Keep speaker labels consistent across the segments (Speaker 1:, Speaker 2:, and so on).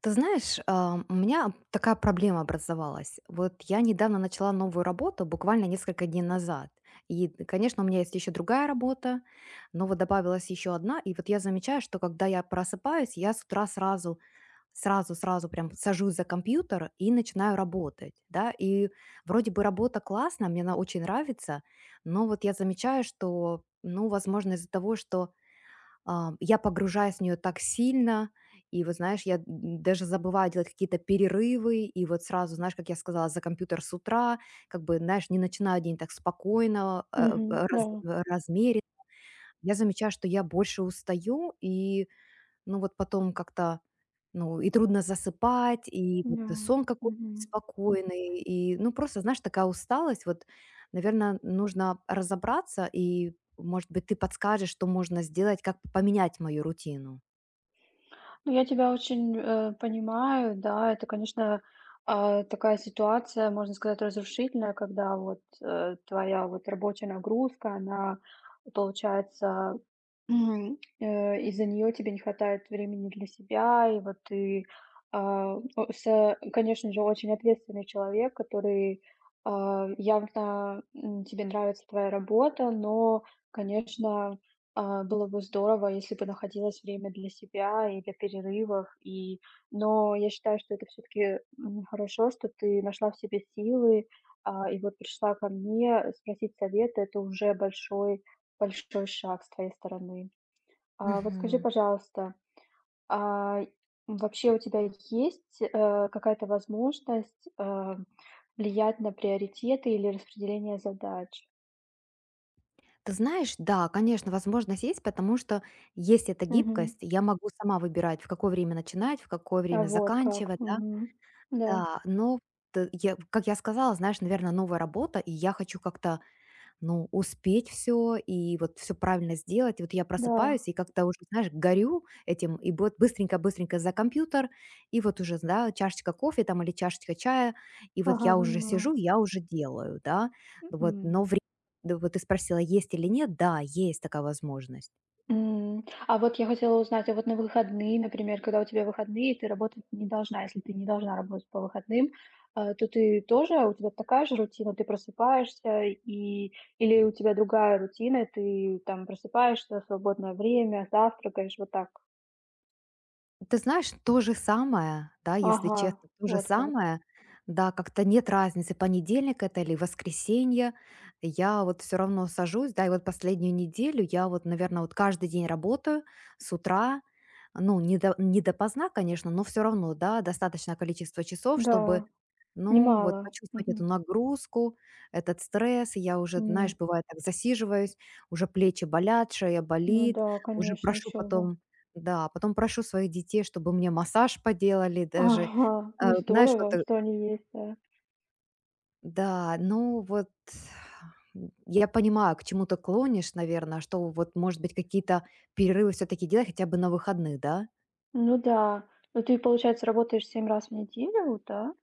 Speaker 1: Ты знаешь, у меня такая проблема образовалась. Вот я недавно начала новую работу, буквально несколько дней назад. И, конечно, у меня есть еще другая работа, но вот добавилась еще одна. И вот я замечаю, что когда я просыпаюсь, я с утра сразу прям сажусь за компьютер и начинаю работать, да. И вроде бы работа классная, мне она очень нравится, но вот я замечаю, что, ну, возможно, из-за того, что я погружаюсь в нее так сильно, и вот, знаешь, я д даже забываю делать какие-то перерывы, и вот сразу, знаешь, как я сказала, за компьютер с утра, как бы, знаешь, не начинаю день так спокойно,
Speaker 2: Мгм. Да,
Speaker 1: размеренно. Я замечаю, что я больше устаю, и, ну, вот потом как-то ну, и трудно засыпать, и вот
Speaker 2: да.
Speaker 1: и сон какой-то
Speaker 2: Мгм.
Speaker 1: беспокойный, и, ну, просто, знаешь, такая усталость. Вот, наверное, нужно разобраться, и, может быть, ты подскажешь, что можно сделать, как поменять мою рутину.
Speaker 2: Ну, я тебя очень, понимаю. Да, это, конечно, такая ситуация, можно сказать, разрушительная, когда вот, твоя вот рабочая нагрузка, она, получается, Мгм. Из-за нее тебе не хватает времени для себя, и вот ты, а, о с конечно же, очень ответственный человек, который, явно, тебе нравится твоя работа, но, конечно, было бы здорово, если бы находилось время для себя и для перерывов, но я считаю, что это все таки хорошо, что ты нашла в себе силы, и вот пришла ко мне спросить совета. Это уже большой шаг с твоей стороны. А вот скажи,
Speaker 1: Мгм.
Speaker 2: пожалуйста, а, вообще у тебя есть, какая-то возможность, влиять на приоритеты или распределение задач?
Speaker 1: Ты знаешь, да, конечно, возможность есть, потому что есть эта
Speaker 2: Мгм.
Speaker 1: гибкость. Я могу сама выбирать, в какое время начинать, в какое
Speaker 2: А
Speaker 1: время
Speaker 2: вот как.
Speaker 1: заканчивать, да.
Speaker 2: Мгм. Да,
Speaker 1: Да, но я, как я сказала, знаешь, наверное, новая работа, и я хочу как-то ну, успеть все и вот все правильно сделать. И вот я просыпаюсь
Speaker 2: да.
Speaker 1: и как-то уже, знаешь, горю этим, и вот быстренько-быстренько за компьютер, и вот уже, да, чашечка кофе там или чашечка чая, и вот
Speaker 2: Ага,
Speaker 1: я уже
Speaker 2: понимаю.
Speaker 1: сижу, я уже делаю, да. Вот,
Speaker 2: М.
Speaker 1: но время да, вот ты спросила, есть или нет. Да, есть такая возможность.
Speaker 2: А вот я хотела узнать, а вот на выходные, например, когда у тебя выходные, ты работать не должна, если ты не должна работать по выходным, то ты тоже, у тебя такая же рутина, ты просыпаешься и или у тебя другая рутина, ты там просыпаешься, свободное время, завтракаешь, вот так?
Speaker 1: Ты знаешь, то же самое, да, если
Speaker 2: Ага,
Speaker 1: честно, то же
Speaker 2: вот как.
Speaker 1: самое. Да, как-то нет разницы, понедельник это или воскресенье. Я вот все равно сажусь, да, и вот последнюю неделю я вот, наверное, вот каждый день работаю с утра, ну, не, до, не допоздна, конечно, но все равно, да, достаточное количество часов, чтобы,
Speaker 2: Да,
Speaker 1: ну, вот
Speaker 2: немало.
Speaker 1: почувствовать
Speaker 2: Мгм.
Speaker 1: эту нагрузку, этот стресс. Я уже, знаешь,
Speaker 2: М,
Speaker 1: бывает так засиживаюсь, уже плечи болят, шея
Speaker 2: ну
Speaker 1: болит,
Speaker 2: да,
Speaker 1: уже
Speaker 2: конечно,
Speaker 1: прошу
Speaker 2: еще бы.
Speaker 1: потом да, потом прошу своих детей, чтобы мне массаж поделали даже.
Speaker 2: Ага,
Speaker 1: Э,
Speaker 2: ну
Speaker 1: знаешь, вот,
Speaker 2: здорово,
Speaker 1: э
Speaker 2: что они есть, да.
Speaker 1: да, ну вот, я понимаю, к чему ты клонишь, наверное, что вот, может быть, какие-то перерывы все таки делать хотя бы на выходных, да?
Speaker 2: Ну да. Ну ты, получается, работаешь 7 раз в неделю, да?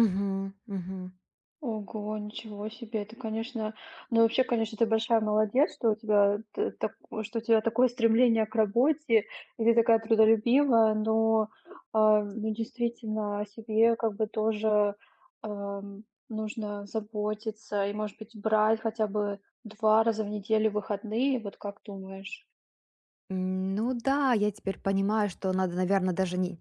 Speaker 1: Угу, мгм.
Speaker 2: Ого, ничего себе. Это, конечно, ну вообще, конечно, ты большая молодец, что у тебя так, что у тебя такое стремление к работе, и ты такая трудолюбивая, но ну, действительно о себе как бы тоже ам, нужно заботиться и, может быть, брать хотя бы 2 раза в неделю выходные. Вот как думаешь?
Speaker 1: Ну да, я теперь понимаю, что надо, наверное, даже не,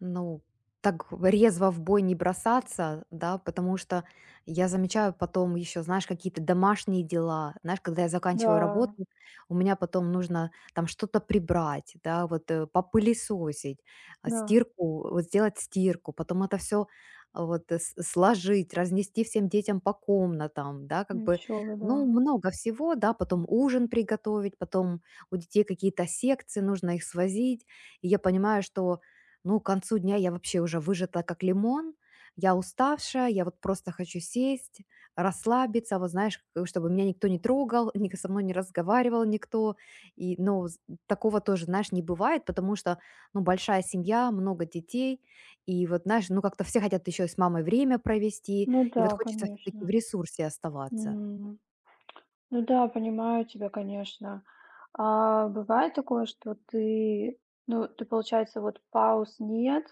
Speaker 1: ну, так резво в бой не бросаться, да, потому что я замечаю потом еще, знаешь, какие-то домашние дела, знаешь, когда я заканчиваю работу,
Speaker 2: Да,
Speaker 1: у меня потом нужно там что-то прибрать, да, попылесосить,
Speaker 2: да,
Speaker 1: стирку, вот сделать стирку, потом это все сложить, разнести всем детям по комнатам, да, как бы,
Speaker 2: еще бы, да.
Speaker 1: ну, много всего, да, потом ужин приготовить, потом у детей какие-то секции, нужно их свозить. И я понимаю, что, ну, к концу дня я вообще уже выжата как лимон, я уставшая, я вот просто хочу сесть, расслабиться, вот знаешь, чтобы меня никто не трогал, ни со мной не разговаривал никто. И, ну, такого тоже, знаешь, не бывает, потому что, ну, большая семья, много детей, и вот, знаешь, ну, как-то все хотят еще и с мамой время провести,
Speaker 2: Ну
Speaker 1: и вот
Speaker 2: да,
Speaker 1: хочется все-таки в
Speaker 2: конечно.
Speaker 1: ресурсе оставаться.
Speaker 2: М. Ну да, понимаю тебя, конечно. А бывает такое, что ты, ну, ты, получается, вот пауз нет,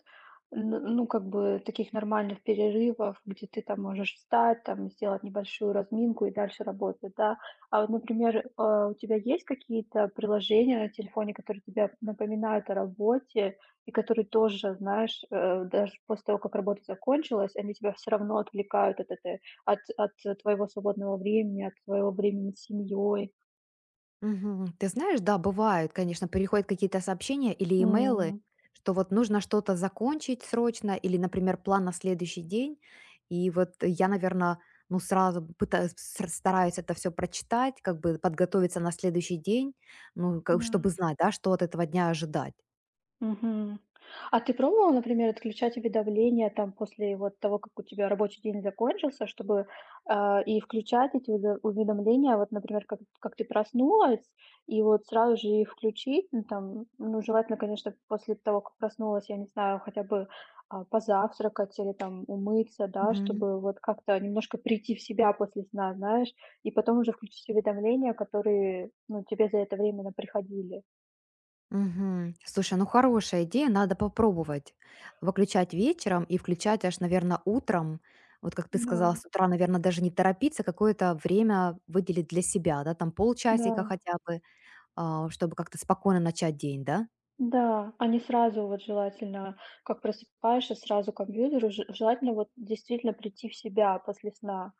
Speaker 2: ну, как бы таких нормальных перерывов, где ты там можешь встать, там, сделать небольшую разминку и дальше работать, да? А вот, например, у тебя есть какие-то приложения на телефоне, которые тебя напоминают о работе, и которые тоже, знаешь, даже после того, как работа закончилась, они тебя все равно отвлекают от этой от твоего свободного времени, от твоего времени с семьей.
Speaker 1: Мгм. Ты знаешь, да, бывают, конечно, приходят какие-то сообщения или имейлы,
Speaker 2: М,
Speaker 1: что вот нужно что-то закончить срочно или, например, план на следующий день. И вот я, наверное, ну сразу пытаюсь, стараюсь это все прочитать, как бы подготовиться на следующий день, ну, как, чтобы
Speaker 2: да.
Speaker 1: знать, да, что от этого дня ожидать.
Speaker 2: Мгм. А ты пробовала, например, отключать уведомления там после вот того, как у тебя рабочий день закончился, чтобы и включать эти уведомления, вот, например, как ты проснулась, и вот сразу же их включить, ну, там, ну, желательно, конечно, после того, как проснулась, я не знаю, хотя бы позавтракать или там умыться, да,
Speaker 1: Мгм.
Speaker 2: чтобы вот как-то немножко прийти в себя после сна, знаешь, и потом уже включить уведомления, которые, ну, тебе за это время приходили.
Speaker 1: Мгм. Слушай, ну хорошая идея, надо попробовать. Выключать вечером и включать аж, наверное, утром. Вот как ты
Speaker 2: Да,
Speaker 1: сказала, с утра, наверное, даже не торопиться, а какое-то время выделить для себя, да, там полчасика
Speaker 2: да.
Speaker 1: хотя бы, чтобы как-то спокойно начать день, да?
Speaker 2: Да, а не сразу вот желательно, как просыпаешься, сразу к компьютеру. Же Желательно вот действительно прийти в себя после сна.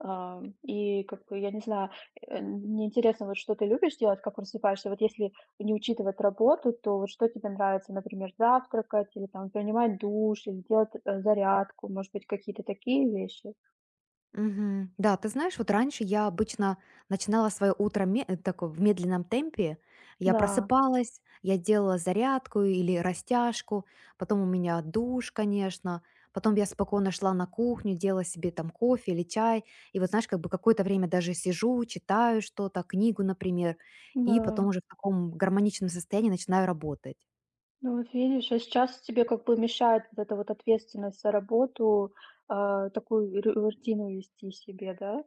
Speaker 2: И как бы, я не знаю, мне интересно, вот что ты любишь делать, как просыпаешься? Вот если не учитывать работу, то вот что тебе нравится, например, завтракать или там принимать душ, или делать, зарядку, может быть, какие-то такие вещи?
Speaker 1: Мгм. Да, ты знаешь, вот раньше я обычно начинала свое утро такое в медленном темпе. Я
Speaker 2: Да,
Speaker 1: просыпалась, я делала зарядку или растяжку, потом у меня душ, конечно, потом я спокойно шла на кухню, делала себе там кофе или чай, и вот знаешь, как бы какое-то время даже сижу, читаю что-то, книгу, например, и потом
Speaker 2: да.
Speaker 1: уже в таком гармоничном состоянии начинаю работать.
Speaker 2: Ну вот видишь, а сейчас тебе как бы мешает вот эта вот ответственность за работу, такую ру рутину вести себе, да?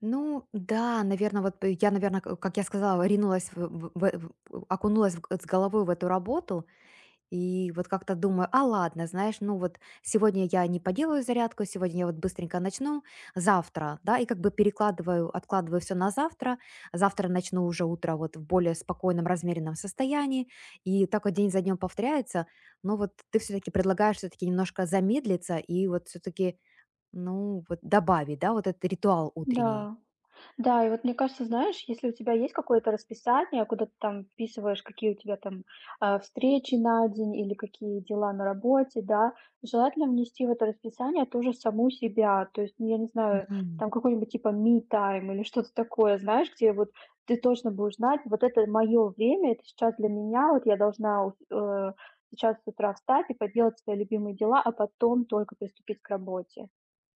Speaker 1: Ну да, наверное, я, наверное, как я сказала, ринулась, окунулась с головой в эту работу. И вот как-то думаю, а ладно, знаешь, ну вот сегодня я не поделаю зарядку, сегодня я вот быстренько начну, завтра, да, и как бы перекладываю, откладываю все на завтра, завтра начну уже утро вот в более спокойном, размеренном состоянии, и так вот день за днем повторяется, но вот ты все-таки предлагаешь все-таки немножко замедлиться и вот все-таки, ну вот добавить, да, вот этот ритуал утренний.
Speaker 2: Да. Да, и вот мне кажется, знаешь, если у тебя есть какое-то расписание, куда ты там вписываешь, какие у тебя там встречи на день или какие дела на работе, да, желательно внести в это расписание тоже саму себя, то есть, ну, я не знаю,
Speaker 1: Мгм.
Speaker 2: там какой-нибудь типа me-time или что-то такое, знаешь, где вот ты точно будешь знать, вот это мое время, это сейчас для меня, вот я должна сейчас с утра встать и поделать свои любимые дела, а потом только приступить к работе.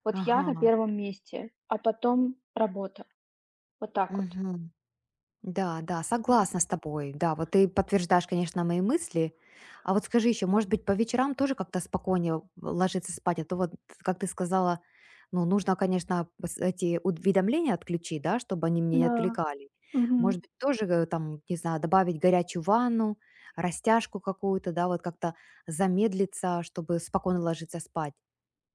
Speaker 2: Вот я на
Speaker 1: Ага.
Speaker 2: первом месте, а потом работа. Вот так вот.
Speaker 1: Мгм. Да, да,
Speaker 2: Мгм.
Speaker 1: согласна с тобой. Да, вот ты подтверждаешь, конечно, мои мысли. А вот скажи еще, может быть, по вечерам тоже как-то спокойнее ложиться спать? А то вот, как ты сказала, ну, нужно, конечно, эти уведомления отключить, да, чтобы они меня не
Speaker 2: Да,
Speaker 1: отвлекали.
Speaker 2: мгм.
Speaker 1: Может быть, тоже там, не знаю, добавить горячую ванну, растяжку какую-то, да, вот как-то замедлиться, чтобы спокойно ложиться спать.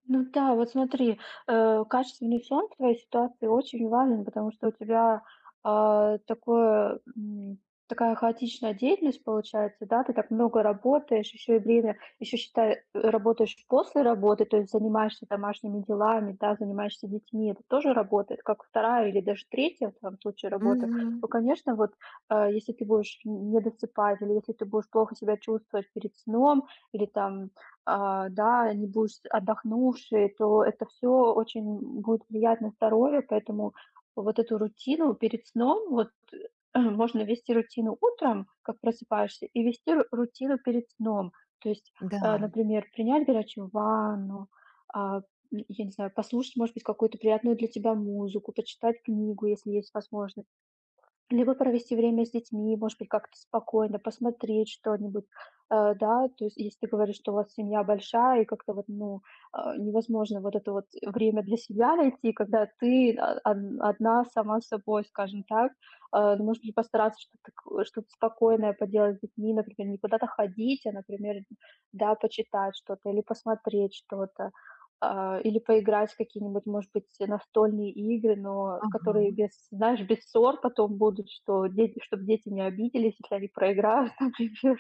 Speaker 2: Ну да, вот смотри, качественный сон в твоей ситуации очень важен, потому что у тебя такое, такая хаотичная деятельность получается, да, ты так много работаешь, еще и время, еще считай, работаешь после работы, то есть занимаешься домашними делами, да, занимаешься детьми, это тоже работает, как вторая или даже третья в твоем случае работа.
Speaker 1: Мгм.
Speaker 2: Ну, конечно, вот если ты будешь не досыпать, или если ты будешь плохо себя чувствовать перед сном, или там да, не будешь отдохнувшей, то это все очень будет влиять на здоровье. Поэтому вот эту рутину перед сном, вот, можно вести рутину утром, как просыпаешься, и вести ру рутину перед сном. То есть,
Speaker 1: Да.
Speaker 2: например, принять горячую ванну, а, м, я не знаю, послушать, может быть, какую-то приятную для тебя музыку, почитать книгу, если есть возможность. Либо провести время с детьми, может быть, как-то спокойно посмотреть что-нибудь, да. То есть, если ты говоришь, что у вас семья большая и как-то вот, ну, невозможно вот это вот время для себя найти, когда ты одна сама с собой, скажем так. Ну, может быть, постараться что-то, что-то спокойное поделать с детьми, например, не куда-то ходить, а, например, да, почитать что-то или посмотреть что-то. Или поиграть в какие-нибудь, может быть, настольные игры, но которые
Speaker 1: Ага.
Speaker 2: без, знаешь, без ссор потом будут, чтоб дети не обиделись, если они проиграют, например.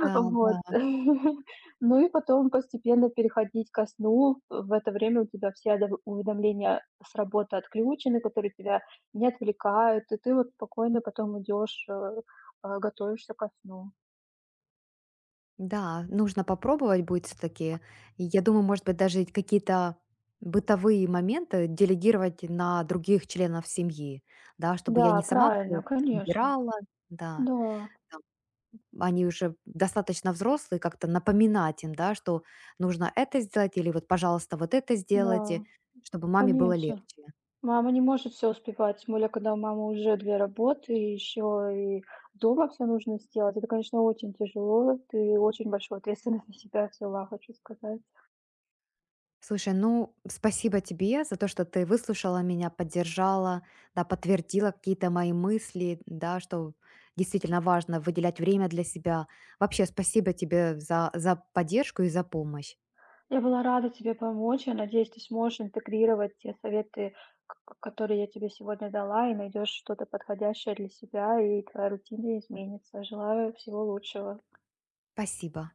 Speaker 1: Да,
Speaker 2: Вот.
Speaker 1: да.
Speaker 2: Ну и потом постепенно переходить ко сну. В это время у тебя все одов уведомления с работы отключены, которые тебя не отвлекают, и ты вот спокойно потом идёшь, готовишься ко сну.
Speaker 1: Да, нужно попробовать будет все таки я думаю, может быть, даже и какие-то бытовые моменты делегировать на других членов семьи, да, чтобы я не
Speaker 2: Да,
Speaker 1: сама всё
Speaker 2: правильно, конечно.
Speaker 1: выбирала, да.
Speaker 2: Да,
Speaker 1: Там они уже достаточно взрослые, как-то напоминать им, да, что нужно это сделать или вот, пожалуйста, вот это сделайте,
Speaker 2: да,
Speaker 1: чтобы маме было
Speaker 2: конечно.
Speaker 1: легче.
Speaker 2: Мама не может все успевать, тем более, когда у мамы уже 2 работы, и еще и дома все нужно сделать. Это, конечно, очень тяжело. Ты очень большую ответственность на себя взяла, хочу сказать.
Speaker 1: Слушай, ну, спасибо тебе за то, что ты выслушала меня, поддержала, да, подтвердила какие-то мои мысли, да, что действительно важно выделять время для себя. Вообще, спасибо тебе за поддержку и за помощь.
Speaker 2: Я была рада тебе помочь. Я надеюсь, ты сможешь интегрировать те советы, к которые я тебе сегодня дала, и найдешь что-то подходящее для себя, и твоя рутина изменится. Желаю всего лучшего.
Speaker 1: Спасибо.